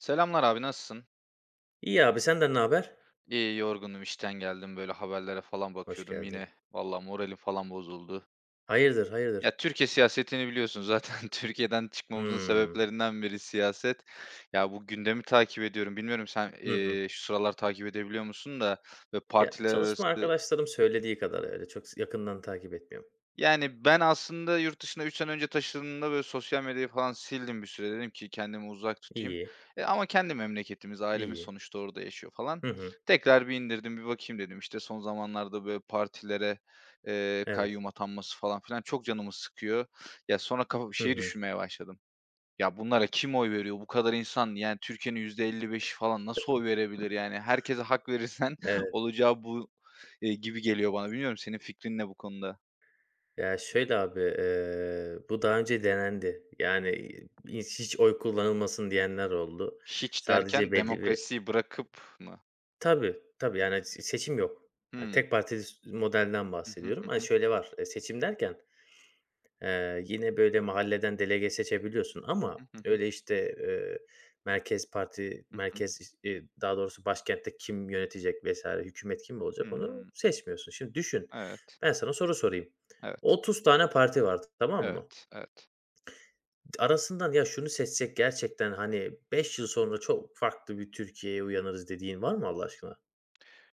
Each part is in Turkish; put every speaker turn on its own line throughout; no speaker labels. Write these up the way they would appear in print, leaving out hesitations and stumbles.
Selamlar abi nasılsın?
İyi abi, senden ne haber?
İyi yorgunum işten geldim böyle haberlere falan
Hoş
bakıyordum yine.
geldin.
Vallahi moralim falan bozuldu.
Hayırdır, hayırdır?
Ya Türkiye siyasetini biliyorsun zaten Türkiye'den çıkmamızın
Hımm.
sebeplerinden biri siyaset. Ya bu gündemi takip ediyorum. Bilmiyorum sen
Hı hı.
şu sıralar takip edebiliyor musun da ve
Ya,
partiler
çalışma
arası.
arkadaşlarım söylediği kadar öyle çok yakından takip etmiyorum.
Yani, ben aslında yurt dışına 3 sene önce taşındığımda, böyle, sosyal medyayı falan sildim bir süre. Dedim ki kendimi uzak tutayım.
İyi,
E, ama kendi memleketimiz, ailemiz
iyi.
sonuçta orada yaşıyor falan.
Hı hı.
Tekrar bir indirdim, bir bakayım dedim. İşte, son zamanlarda, böyle, partilere,
Evet.
kayyum atanması falan filan çok canımı sıkıyor. Ya, sonra kafa bir
Hı
şey
hı.
düşünmeye başladım. Ya, bunlara kim oy veriyor? Bu kadar insan, yani, Türkiye'nin %55'i falan nasıl oy verebilir? Yani, herkese hak verirsen
Evet.
olacağı bu, gibi geliyor bana. Bilmiyorum, senin fikrin ne bu konuda?
Ya, şöyle abi, bu daha önce denendi. Yani, hiç oy kullanılmasın diyenler oldu.
Hiç
Sadece
derken
belli bir.
demokrasiyi bırakıp mı?
Tabii, tabii, yani, seçim yok. Hani,
Hımm.
tek partili modelden
Hı hı,
bahsediyorum.
hı
Hani,
hı.
şöyle var, seçim derken. Yine, böyle, mahalleden delege seçebiliyorsun
Hı
ama
hı, hı hı.
öyle, işte, merkez parti,
Hı hı.
merkez, iş daha doğrusu başkentte kim yönetecek vesaire, hükümet kim olacak onu
Hımm.
seçmiyorsun. Şimdi düşün,
Evet,
ben sana soru sorayım.
evet,
30 tane parti var, tamam mı?
evet, evet.
Arasından ya şunu seçsek gerçekten, hani, 5 yıl sonra çok farklı bir Türkiye'ye uyanırız dediğin var mı Allah aşkına?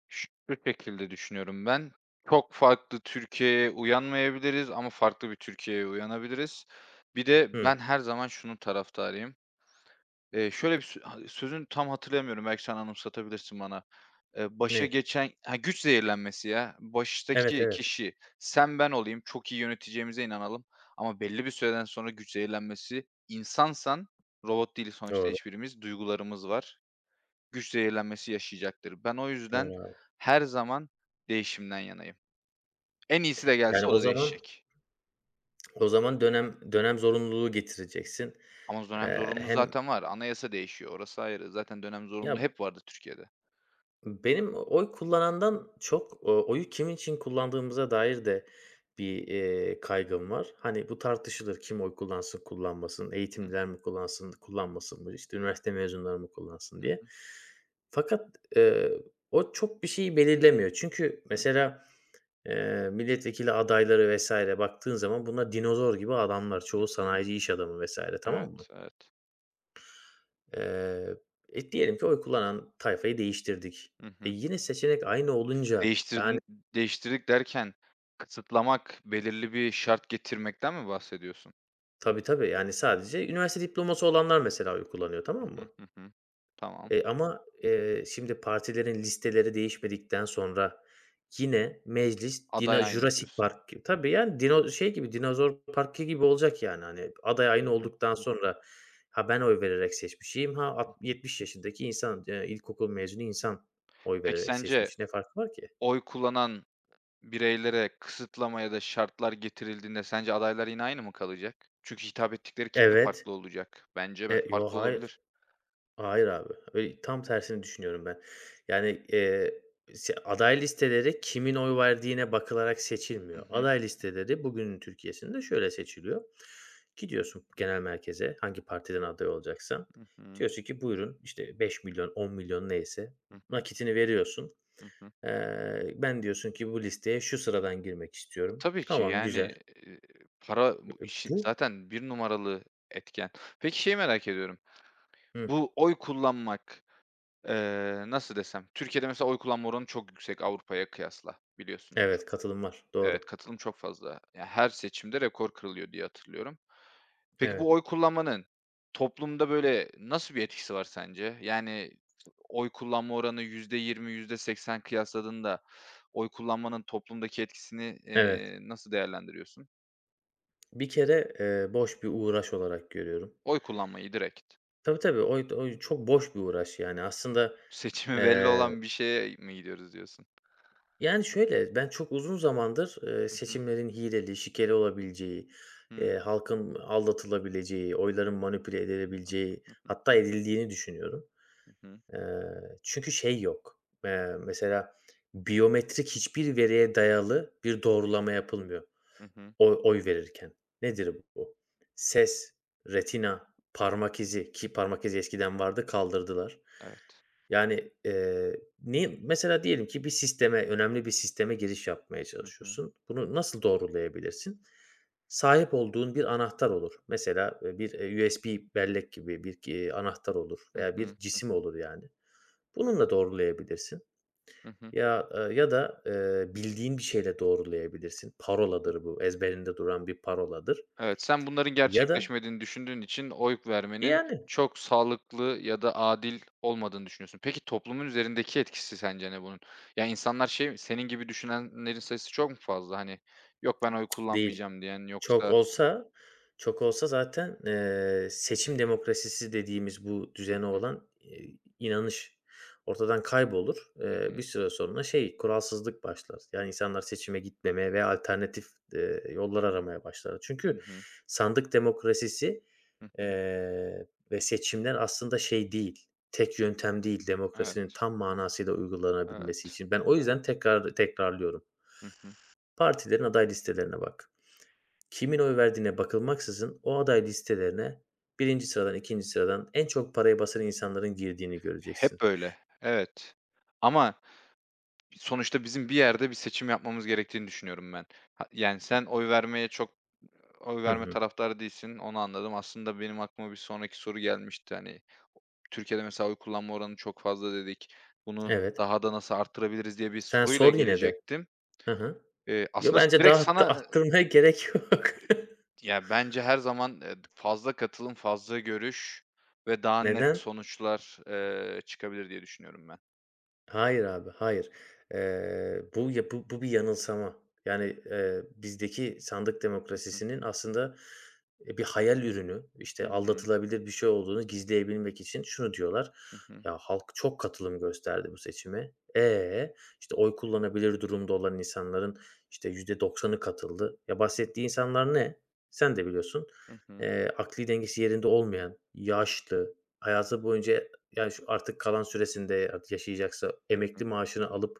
Şu şekilde düşünüyorum ben, çok farklı Türkiye'ye uyanmayabiliriz ama farklı bir Türkiye'ye uyanabiliriz. Bir de ben
Hı.
her zaman şunun taraftarıyım. Şöyle bir sözünü tam hatırlayamıyorum, belki sen anımsatabilirsin bana. Başa
Ne?
geçen ha, güç zehirlenmesi ya.
Evet,
Baştaki
evet.
kişi sen ben olayım, çok iyi yöneteceğimize inanalım ama belli bir süreden sonra güç zehirlenmesi insansan, robot değil sonuçta
Doğru,
hiçbirimiz, duygularımız var, güç zehirlenmesi yaşayacaktır. Ben o yüzden
doğru abi.
her zaman değişimden yanayım. En iyisi de
Yani
gelse o
o
da
zaman.
değişecek.
O zaman dönem dönem zorunluluğu getireceksin.
Ama dönem zorunluluğu
Hem
zaten var. Anayasa değişiyor, orası ayrı. Zaten dönem zorunluluğu
ya,
hep vardı Türkiye'de.
benim oy kullanandan çok, o oyu kimin için kullandığımıza dair de bir, kaygım var. Hani, bu tartışılır, kim oy kullansın, kullanmasın, eğitimliler mi kullansın, kullanmasın mı, işte, üniversite mezunları mı kullansın diye.
Hı.
Fakat, o çok bir şeyi belirlemiyor. Çünkü
Hı hı.
mesela, milletvekili adayları vesaire baktığın zaman bunlar dinozor gibi adamlar.
Hı
Çoğu
hı.
sanayici iş adamı vesaire, tamam mı?
Evet, evet.
Eee, Diyelim ki oy kullanan tayfayı değiştirdik.
Hı
E,
hı.
yine seçenek aynı olunca, yani.
Değiştirdin değiştirdik derken kısıtlamak, belirli bir şart getirmekten mi bahsediyorsun?
Tabii, tabii. Yani sadece üniversite diploması olanlar mesela oy kullanıyor, tamam
Hı hı.
mı?
Hı hı. Tamam.
E, ama, şimdi partilerin listeleri değişmedikten sonra yine meclis dino
Aday aynı
Jurassic
diyorsun.
Park gibi. Tabii, yani dino şey gibi, Dinozor Parkı gibi olacak yani, hani, aday aynı
Hı hı.
olduktan sonra, ha, ben oy vererek seçmişim, ha, alt 70 yaşındaki insan, ilkokul mezunu insan oy
Peki
vererek
sence
seçmiş. Ne farkı var ki?
oy kullanan bireylere kısıtlama ya da şartlar getirildiğinde sence adaylar yine aynı mı kalacak? Çünkü hitap ettikleri kitle
Evet.
farklı olacak. Bence
E, yo,
farklı
hayır.
olabilir.
Hayır abi. Öyle tam tersini düşünüyorum ben. Yani, se aday listeleri kimin oy verdiğine bakılarak
Hı
seçilmiyor.
hı.
Aday listeleri bugünün Türkiye'sinde şöyle seçiliyor. Gidiyorsun genel merkeze, hangi partiden aday olacaksan.
Hı hı.
Diyorsun ki buyurun, işte, 5.000.000, milyon neyse
Hı hı.
nakitini veriyorsun.
Hı hı.
Ben diyorsun ki bu listeye şu sıradan girmek istiyorum.
Tabii ki,
Tamam,
yani,
güzel.
eee, para bu
E,
işin
bu.
zaten bir numaralı etken. Peki, şeyi merak ediyorum.
Hı.
Bu oy kullanmak, nasıl desem, Türkiye'de mesela oy kullanma oranı çok yüksek Avrupa'ya kıyasla, biliyorsundur.
Evet, katılım var.
Evet,
Doğru.
katılım çok fazla. Yani her seçimde rekor kırılıyor diye hatırlıyorum. Peki, bu
Evet.
oy kullanmanın toplumda, böyle, nasıl bir etkisi var sence? Yani, oy kullanma oranı %20 yüzde seksen kıyasladığında oy kullanmanın toplumdaki etkisini,
Evet.
nasıl değerlendiriyorsun?
Bir kere, boş bir uğraş olarak görüyorum.
Oy kullanmayı direkt.
Tabii, tabii. O çok boş bir uğraş yani. Aslında,
Seçimi belli
eee,
olan bir şeye mi gidiyoruz diyorsun?
yani, şöyle, ben çok uzun zamandır,
Hı hı.
seçimlerin hileli, şikeli olabileceği,
Hıı.
halkın aldatılabileceği, oyların manipüle
Hı hı,
edilebileceği
hı
hatta
hı,
edildiğini düşünüyorum.
hı hı,
Eee, Çünkü şey yok, mesela biyometrik hiçbir veriye dayalı bir doğrulama yapılmıyor.
hı.
Oy verirken. Nedir bu? Ses, retina, parmak izi, ki parmak izi eskiden vardı, kaldırdılar.
Evet.
Yani, ne mesela diyelim ki bir sisteme, önemli bir sisteme giriş yapmaya
Hı hı.
çalışıyorsun. Bunu nasıl doğrulayabilirsin? Sahip olduğun bir anahtar olur. Mesela, bir, USB bellek gibi bir, anahtar olur
Hı
veya bir
hı.
cisim olur yani. Bununla doğrulayabilirsin.
Hı hı.
Ya, ya da, bildiğin bir şeyle doğrulayabilirsin.
Hı.
Paroladır bu, ezberinde duran bir paroladır.
Evet, sen bunların
Ya da,
gerçekleşmediğini düşündüğün için oy vermenin
yani.
çok sağlıklı ya da adil olmadığını düşünüyorsun. Peki toplumun üzerindeki etkisi sence ne bunun? Ya, insanlar şey mi, senin gibi düşünenlerin sayısı çok mu fazla? Hani, "Yok, ben oy
Değil.
kullanmayacağım." diyen
Çok
yoksa.
olsa Çok olsa zaten, seçim demokrasisi dediğimiz bu
Hı
düzene
hı.
olan, inanış ortadan kaybolur.
Hı
Bir
hı.
süre sonra şey, kuralsızlık başlar. Yani insanlar seçime gitmemeye veya alternatif, yollar aramaya başlar.
Hı
Çünkü
hı.
sandık demokrasisi,
Hı hı.
eee, ve seçimler aslında şey değil, tek yöntem değil demokrasinin
Evet,
tam manasıyla uygulanabilmesi
evet.
için. Ben o yüzden
Evet.
tekrar tekrarlıyorum.
Hı hı.
Partilerin aday listelerine bak. Kimin oy verdiğine bakılmaksızın o aday listelerine birinci sıradan, ikinci sıradan en çok parayı basan insanların girdiğini göreceksin.
Hep öyle. Evet. Ama sonuçta bizim bir yerde bir seçim yapmamız gerektiğini düşünüyorum ben. Ha yani sen oy vermeye çok oy
Hı
verme
hı.
taraftarı değilsin, onu anladım. Aslında benim aklıma bir sonraki soru gelmişti. Hani, Türkiye'de mesela oy kullanma oranı çok fazla dedik. Bunu
Evet.
daha da nasıl arttırabiliriz diye bir
Sen
soruyla
sor yine de.
gelecektim.
Hı hı.
Eee,
Yo,
aslında
bence
direkt
daha arttı
sana,
arttırmaya gerek yok.
ya, bence her zaman, fazla katılım, fazla görüş ve daha net
Neden?
sonuçlar, çıkabilir diye düşünüyorum ben.
Hayır abi, hayır. Bu ya bu bu bir yanılsama. Yani, bizdeki sandık
Hı hı.
demokrasisinin aslında, bir hayal ürünü, işte,
Hı hı.
aldatılabilir bir şey olduğunu gizleyebilmek için şunu diyorlar:
Hı hı.
"Ya, halk çok katılım gösterdi bu seçime. E, işte, oy kullanabilir durumda olan insanların, işte, %90'ı katıldı." Ya, bahsettiği insanlar ne? Sen de biliyorsun.
Hı hı.
Akli dengesi yerinde olmayan, yaşlı, hayatı boyunca yani şu artık kalan süresinde artık yaşayacaksa
Hı
emekli
hı.
maaşını alıp,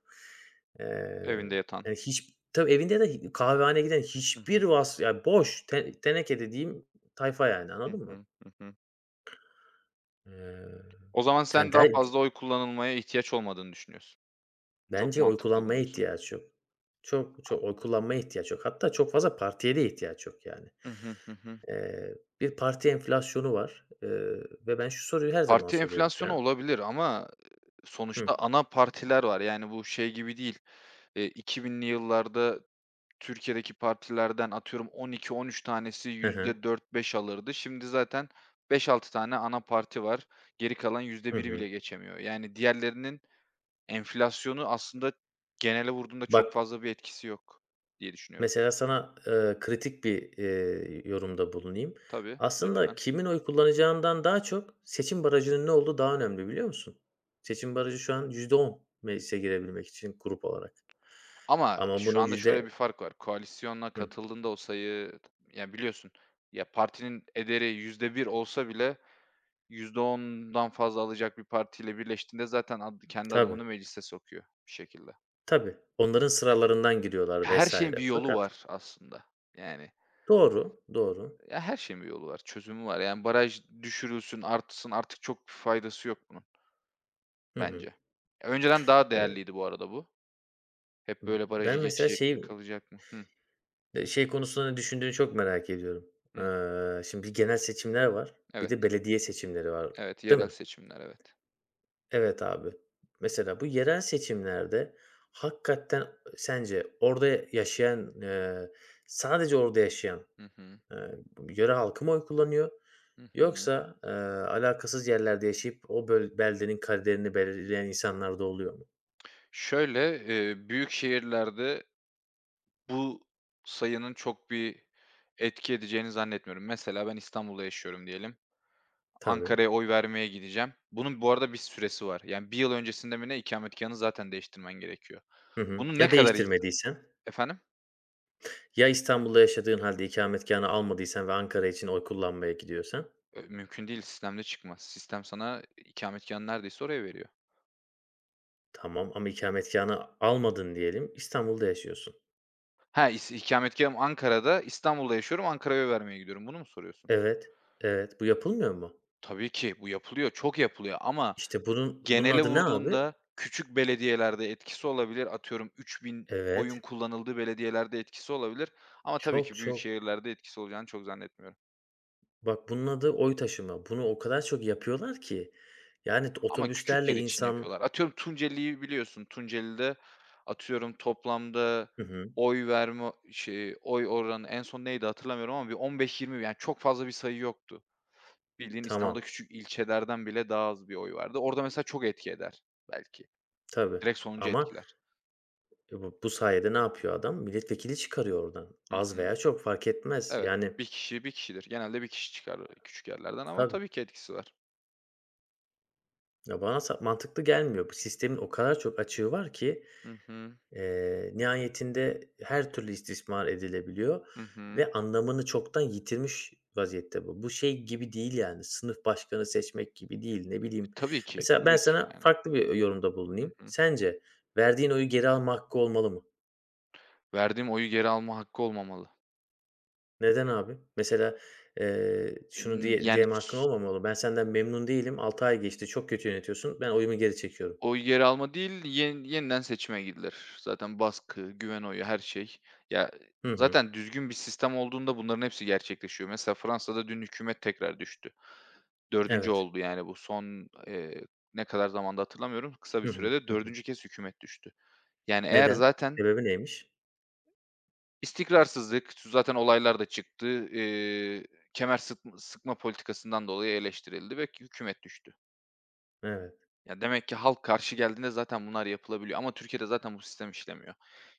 eee,
Evinde yatan.
yani, hiç tabii evinde de kahvehaneye giden
Hı
hiçbir
hı.
vas ya, boş te teneke dediğim tayfa yani,
Hı
anladın mı?
hı. Hı hı.
Eee,
O zaman
sen
sen daha
der
fazla oy kullanılmaya ihtiyaç olmadığını düşünüyorsun. Çok
Bence oy
mantıklı
kullanmaya
buluyorsun.
ihtiyaç yok. Çok oy kullanmaya ihtiyaç yok. Hatta çok fazla partiye de ihtiyaç yok yani.
Hı hı. Hı hı.
Eee, Bir parti enflasyonu var, ve ben şu soruyu her zaman
Parti
soruyorum.
enflasyonu
Ya.
olabilir ama sonuçta
Hı.
ana partiler var. Yani bu şey gibi değil. 2000'li yıllarda Türkiye'deki partilerden atıyorum 12-13 tanesi
Hı hı.
%4-5 alırdı. Şimdi zaten 5-6 tane ana parti var. Geri kalan yüzde
Hı
biri bile
hı.
geçemiyor. Yani diğerlerinin enflasyonu aslında genele vurduğunda çok
Bak.
fazla bir etkisi yok diye düşünüyorum.
Mesela sana, kritik bir, yorumda bulunayım.
Tabii,
Aslında
lütfen.
kimin oy kullanacağından daha çok seçim barajının ne olduğu daha önemli, biliyor musun? Seçim barajı şu an %10, meclise girebilmek için grup olarak
Ama
ama
şu
bunu
anda şöyle
yüzde.
bir fark var. Koalisyona
Hı,
katıldığında o sayı yani biliyorsun, ya partinin ederi %1 olsa bile %10'dan fazla alacak bir partiyle birleştiğinde zaten ad kendi
tabii,
adamını meclise sokuyor bir şekilde.
tabii. Onların sıralarından giriyorlar
Her şeyin
vesaire.
bir yolu
Fakat.
var aslında. Yani,
Doğru, doğru.
ya, her şeyin bir yolu var, çözümü var. Yani baraj düşürülsün, artsın artık çok faydası yok bunun.
Hı
Bence.
hı.
Ya, önceden daha
Hani,
değerliydi bu arada bu. Hep böyle barajı
ben mesela
geçecek mi,
şey,
kalacak mı? Hı,
şey konusunda ne düşündüğünü çok merak ediyorum.
hı.
Şimdi bir genel seçimler var, bir de
Evet,
belediye seçimleri var,
evet,
değil
yerel
mi?
seçimler, evet.
Evet abi. Mesela bu yerel seçimlerde hakikaten sence orada yaşayan, sadece orada yaşayan,
Hı hı.
bu yöre halkı mı oy kullanıyor
Hı hı.
yoksa, alakasız yerlerde yaşayıp o böl beldenin kaderini belirleyen insanlar da oluyor mu?
Şöyle, büyük şehirlerde bu sayının çok bir etki edeceğini zannetmiyorum. Mesela ben İstanbul'da yaşıyorum diyelim.
Tabii.
Ankara'ya oy vermeye gideceğim. Bunun bu arada bir süresi var. Yani bir yıl öncesinde mi ne ikametgâhını zaten değiştirmen gerekiyor.
Hı hı.
Bunu ne
Ya
kadar insan.
değiştirmediysen?
Efendim?
Ya İstanbul'da yaşadığın halde ikametgâhını almadıysan ve Ankara için oy kullanmaya gidiyorsan?
Mümkün değil, sistemde çıkmaz. Sistem sana ikametgâhını neredeyse oraya veriyor.
Tamam ama ikametgâhını almadın diyelim, İstanbul'da yaşıyorsun.
Ha, ikametgâhım Ankara'da, İstanbul'da yaşıyorum, Ankara'ya vermeye gidiyorum. Bunu mu soruyorsun?
Evet, evet. Bu yapılmıyor mu?
Tabii ki bu yapılıyor, çok yapılıyor ama
İşte bunun
genele
adı ne abi?
vurduğunda küçük belediyelerde etkisi olabilir. Atıyorum 3.000
Evet.
oyun kullanıldığı belediyelerde etkisi olabilir ama tabii
Çok,
ki büyük
çok.
şehirlerde etkisi olacağını çok zannetmiyorum.
Bak bunun adı oy taşıma. Bunu o kadar çok yapıyorlar ki. Yani
Ama küçük
otobüslerle
yer için
insan.
yapıyorlar. Atıyorum Tunceli'yi biliyorsun. Tunceli'de atıyorum toplamda
Hı hı.
oy verme, şey, oy oranı en son neydi hatırlamıyorum ama bir 15-20 yani çok fazla bir sayı yoktu. Bildiğin İstanbul'da
Tamam.
küçük ilçelerden bile daha az bir oy vardı. Orada mesela çok etki eder belki.
Tabii
Direkt sonucu
ama
etkiler.
e, bu sayede ne yapıyor adam? Milletvekili çıkarıyor oradan.
Hı
Az
hı.
veya çok fark etmez.
Evet,
Yani.
bir kişi bir kişidir. Genelde bir kişi çıkar, küçük yerlerden ama
Tabii.
tabii ki etkisi var.
Ya, bana mantıklı gelmiyor. Bu sistemin o kadar çok açığı var ki.
Hı hı.
Nihayetinde her türlü istismar edilebiliyor
Hı hı.
ve anlamını çoktan yitirmiş vaziyette bu. Bu şey gibi değil yani, sınıf başkanı seçmek gibi değil, ne
E,
bileyim.
tabii ki,
Mesela ben
tabii ki
sana
yani.
farklı bir yorumda
Hı
bulunayım.
hı.
Sence verdiğin oyu geri alma hakkı olmalı mı?
Verdiğim oyu geri alma hakkı olmamalı.
Neden abi? Mesela, şunu
Emm, yani
diyeme hakkın olmamalı. "Ben senden memnun değilim, 6 ay geçti, çok kötü yönetiyorsun, ben oyumu geri çekiyorum."
oyu geri alma değil, yeniden seçime gidilir. Zaten baskı, güven oyu, her şey. Ya,
Hı hı.
zaten düzgün bir sistem olduğunda bunların hepsi gerçekleşiyor. Mesela Fransa'da dün hükümet tekrar düştü. Dördüncü
Evet.
oldu yani bu son, ne kadar zamanda hatırlamıyorum. Kısa bir
Hı hı.
sürede
Hı hı.
dördüncü kez hükümet düştü. Yani eğer
Neden?
zaten
Sebebi neymiş?
istikrarsızlık, zaten olaylar da çıktı, kemer sıkma politikasından dolayı eleştirildi ve hükümet düştü.
Evet.
Ya, demek ki halk karşı geldiğinde zaten bunlar yapılabiliyor ama Türkiye'de zaten bu sistem işlemiyor.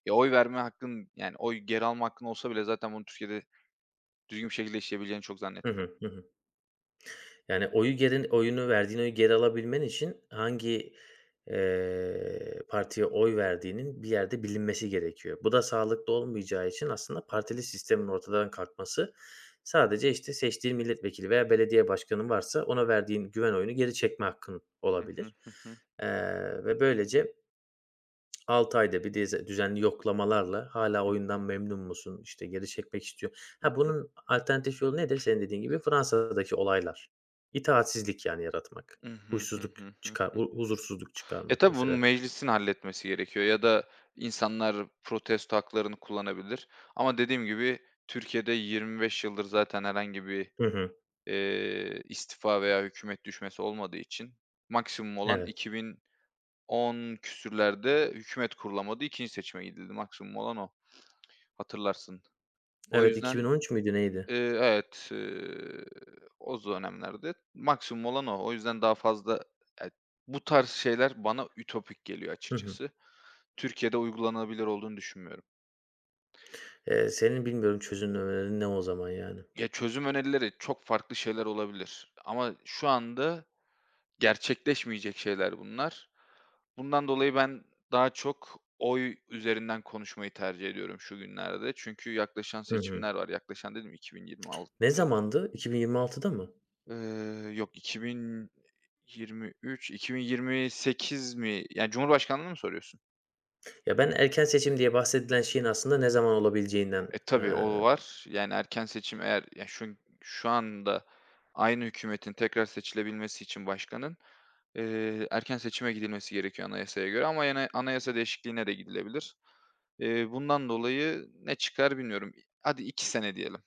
Ya, oy verme hakkın, yani oy geri alma hakkın olsa bile zaten bunu Türkiye'de düzgün bir şekilde işleyebileceğini çok
Hı
zannetmiyorum.
hı. Hı hı. Yani oyunu verdiğin oyu geri alabilmen için hangi, partiye oy verdiğinin bir yerde bilinmesi gerekiyor. Bu da sağlıklı olmayacağı için aslında partili sistemin ortadan kalkması, sadece, işte, seçtiğin milletvekili veya belediye başkanı varsa ona verdiğin güven oyunu geri çekme hakkın
Hı
olabilir,
hı.
ve böylece 6 ayda bir düzenli yoklamalarla hala oyundan memnun musun, İşte geri çekmek istiyor.
Hı
Ha,
hı.
bunun alternatif yolu nedir? Senin dediğin gibi Fransa'daki olaylar. İtaatsizlik, yani, yaratmak.
Hı hı. Hı
Huysuzluk
hı. Hı hı.
çıkar
Hı hı.
hu Huzursuzluk
E,
çıkarmak
tabii bunu
mesela.
meclisin halletmesi gerekiyor ya da insanlar protesto haklarını kullanabilir ama dediğim gibi Türkiye'de 25 yıldır zaten herhangi bir,
Hı hı.
istifa veya hükümet düşmesi olmadığı için maksimum olan
Evet.
2010 küsürlerde hükümet kurulamadı, 2. seçime gidildi. Maksimum olan o, hatırlarsın. O
Evet,
yüzden,
2013 müydü neydi?
evet, o dönemlerde maksimum olan o. O yüzden daha fazla, ya, bu tarz şeyler bana ütopik geliyor
Hı hı.
açıkçası. Türkiye'de uygulanabilir olduğunu düşünmüyorum.
Senin bilmiyorum çözümlemelerin ne o zaman, yani?
Ya, çözüm önerileri çok farklı şeyler olabilir ama şu anda gerçekleşmeyecek şeyler bunlar. Bundan dolayı ben daha çok oy üzerinden konuşmayı tercih ediyorum şu günlerde. Çünkü yaklaşan
Hı hı.
seçimler var. Yaklaşan dedim
Ne
2026,
zamandı? 2026'da mı?
eee, yok 2023, 2028 mi? Yani, Cumhurbaşkanlığı mı soruyorsun?
Ya, ben erken seçim diye bahsedilen şeyin aslında ne zaman olabileceğinden,
E, tabii
eee
o var. Yani erken seçim eğer ya şu anda aynı hükümetin tekrar seçilebilmesi için başkanın, erken seçime gidilmesi gerekiyor anayasaya göre ama yana anayasa değişikliğine de gidilebilir. Bundan dolayı ne çıkar bilmiyorum. Hadi 2 sene diyelim.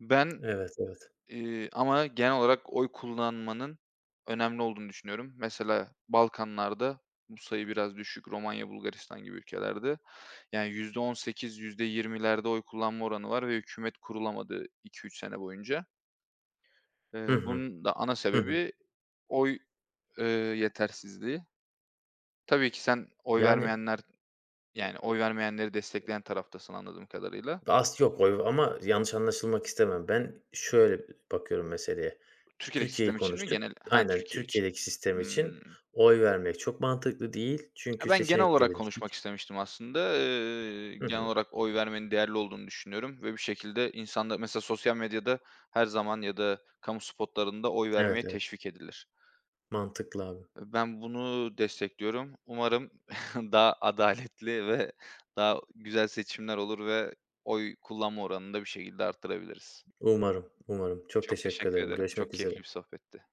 Ben.
Evet, evet.
Ama genel olarak oy kullanmanın önemli olduğunu düşünüyorum. Mesela Balkanlar'da bu sayı biraz düşük. Romanya, Bulgaristan gibi ülkelerde. Yani %18, %20'lerde oy kullanma oranı var ve hükümet kurulamadı 2-3 sene boyunca.
Hı
Eee,
hı.
bunun da ana
Hı hı.
sebebi oy, eee, yetersizliği. Tabii ki sen oy
Yani.
vermeyenler, yani oy vermeyenleri destekleyen taraftasın anladığım kadarıyla.
Yok oy ama yanlış anlaşılmak istemem. Ben şöyle bakıyorum meseleye.
Türkiye'deki
Türkiye'yi
sistem için mi
konuştuk.
genel? Ha,
Aynen,
Türkiye için.
Türkiye'deki sistem için
Hımm.
oy vermek çok mantıklı değil.
Ya,
Çünkü
ben genel olarak
seçeneklerin hiç.
konuşmak istemiştim aslında. Eee,
Hı
genel
hı.
olarak oy vermenin değerli olduğunu düşünüyorum ve bir şekilde insanlar mesela sosyal medyada her zaman ya da kamu spotlarında oy
Evet,
vermeye
evet.
teşvik edilir.
Mantıklı abi.
Ben bunu destekliyorum. Umarım daha adaletli ve daha güzel seçimler olur ve oy kullanma oranını da bir şekilde arttırabiliriz.
Umarım, umarım. Çok
Çok
teşekkür
teşekkür
ederim.
ederim. Çok
Görüşmek
keyifli
üzere.
bir sohbetti.